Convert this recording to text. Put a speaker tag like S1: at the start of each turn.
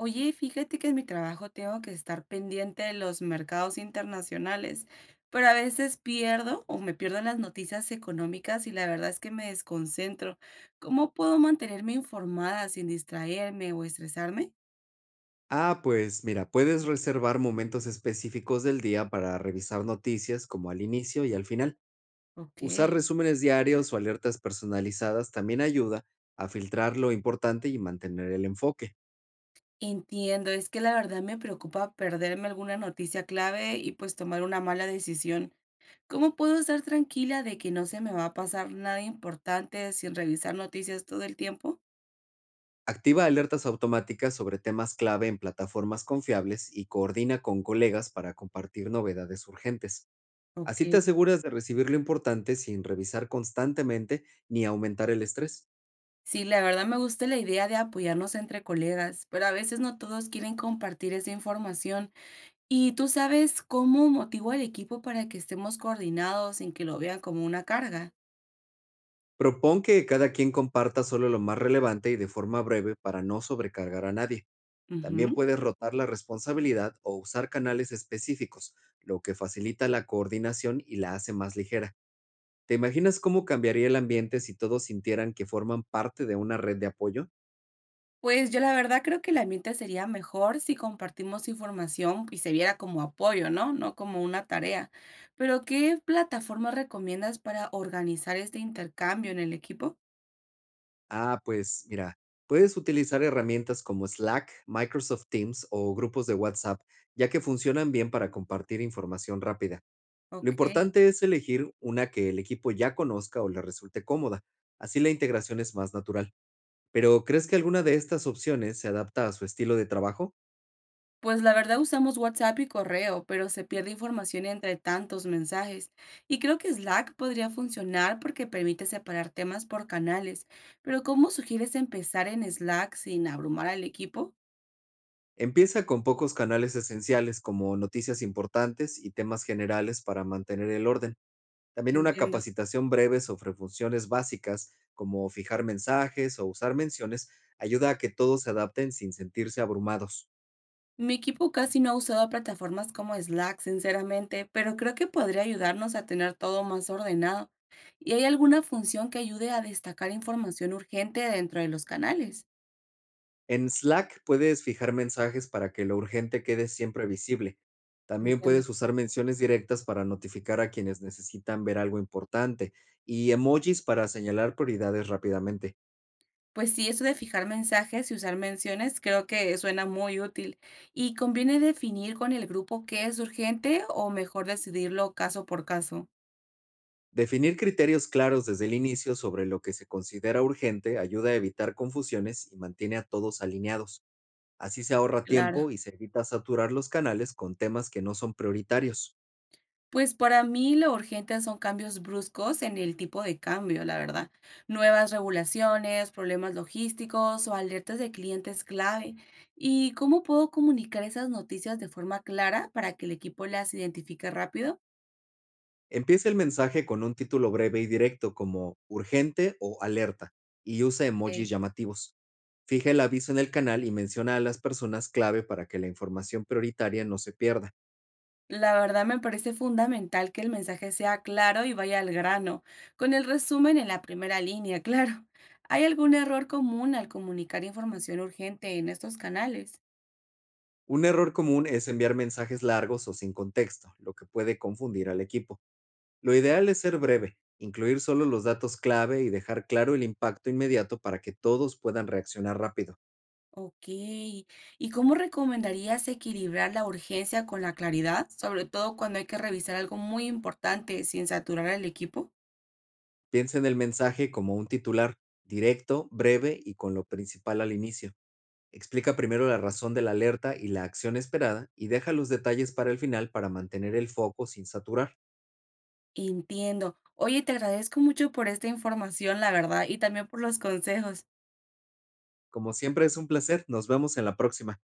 S1: Oye, fíjate que en mi trabajo tengo que estar pendiente de los mercados internacionales, pero a veces pierdo o me pierdo las noticias económicas y la verdad es que me desconcentro. ¿Cómo puedo mantenerme informada sin distraerme o estresarme?
S2: Ah, pues mira, puedes reservar momentos específicos del día para revisar noticias, como al inicio y al final.
S1: Ok.
S2: Usar resúmenes diarios o alertas personalizadas también ayuda a filtrar lo importante y mantener el enfoque.
S1: Entiendo, es que la verdad me preocupa perderme alguna noticia clave y pues tomar una mala decisión. ¿Cómo puedo estar tranquila de que no se me va a pasar nada importante sin revisar noticias todo el tiempo?
S2: Activa alertas automáticas sobre temas clave en plataformas confiables y coordina con colegas para compartir novedades urgentes. Así
S1: Ok.
S2: te aseguras de recibir lo importante sin revisar constantemente ni aumentar el estrés.
S1: Sí, la verdad me gusta la idea de apoyarnos entre colegas, pero a veces no todos quieren compartir esa información. ¿Y tú sabes cómo motivo al equipo para que estemos coordinados sin que lo vean como una carga?
S2: Propón que cada quien comparta solo lo más relevante y de forma breve para no sobrecargar a nadie. También
S1: Ujú.
S2: puedes rotar la responsabilidad o usar canales específicos, lo que facilita la coordinación y la hace más ligera. ¿Te imaginas cómo cambiaría el ambiente si todos sintieran que forman parte de una red de apoyo?
S1: Pues yo la verdad creo que el ambiente sería mejor si compartimos información y se viera como apoyo, ¿no? No como una tarea. Pero ¿qué plataformas recomiendas para organizar este intercambio en el equipo?
S2: Ah, pues mira, puedes utilizar herramientas como Slack, Microsoft Teams o grupos de WhatsApp, ya que funcionan bien para compartir información rápida. Lo
S1: Ok.
S2: importante es elegir una que el equipo ya conozca o le resulte cómoda, así la integración es más natural. Pero, ¿crees que alguna de estas opciones se adapta a su estilo de trabajo?
S1: Pues la verdad usamos WhatsApp y correo, pero se pierde información entre tantos mensajes. Y creo que Slack podría funcionar porque permite separar temas por canales. Pero ¿cómo sugieres empezar en Slack sin abrumar al equipo?
S2: Empieza con pocos canales esenciales como noticias importantes y temas generales para mantener el orden. También, una
S1: Entiendo.
S2: capacitación breve sobre funciones básicas como fijar mensajes o usar menciones ayuda a que todos se adapten sin sentirse abrumados.
S1: Mi equipo casi no ha usado plataformas como Slack, sinceramente, pero creo que podría ayudarnos a tener todo más ordenado. ¿Y hay alguna función que ayude a destacar información urgente dentro de los canales?
S2: En Slack puedes fijar mensajes para que lo urgente quede siempre visible. También
S1: Entiendo.
S2: puedes usar menciones directas para notificar a quienes necesitan ver algo importante, y emojis para señalar prioridades rápidamente.
S1: Pues sí, eso de fijar mensajes y usar menciones creo que suena muy útil. ¿Y conviene definir con el grupo qué es urgente o mejor decidirlo caso por caso?
S2: Definir criterios claros desde el inicio sobre lo que se considera urgente ayuda a evitar confusiones y mantiene a todos alineados. Así se ahorra tiempo
S1: Claro.
S2: y se evita saturar los canales con temas que no son prioritarios.
S1: Pues para mí lo urgente son cambios bruscos en el tipo de cambio, la verdad. Nuevas regulaciones, problemas logísticos o alertas de clientes clave. ¿Y cómo puedo comunicar esas noticias de forma clara para que el equipo las identifique rápido?
S2: Empieza el mensaje con un título breve y directo, como urgente o alerta, y usa emojis
S1: Ok.
S2: llamativos. Fija el aviso en el canal y menciona a las personas clave para que la información prioritaria no se pierda.
S1: La verdad me parece fundamental que el mensaje sea claro y vaya al grano, con el resumen en la primera línea, claro. ¿Hay algún error común al comunicar información urgente en estos canales?
S2: Un error común es enviar mensajes largos o sin contexto, lo que puede confundir al equipo. Lo ideal es ser breve, incluir solo los datos clave y dejar claro el impacto inmediato para que todos puedan reaccionar rápido.
S1: Ok. ¿Y cómo recomendarías equilibrar la urgencia con la claridad, sobre todo cuando hay que revisar algo muy importante sin saturar al equipo?
S2: Piensa en el mensaje como un titular: directo, breve y con lo principal al inicio. Explica primero la razón de la alerta y la acción esperada, y deja los detalles para el final para mantener el foco sin saturar.
S1: Entiendo. Oye, te agradezco mucho por esta información, la verdad, y también por los consejos.
S2: Como siempre, es un placer. Nos vemos en la próxima.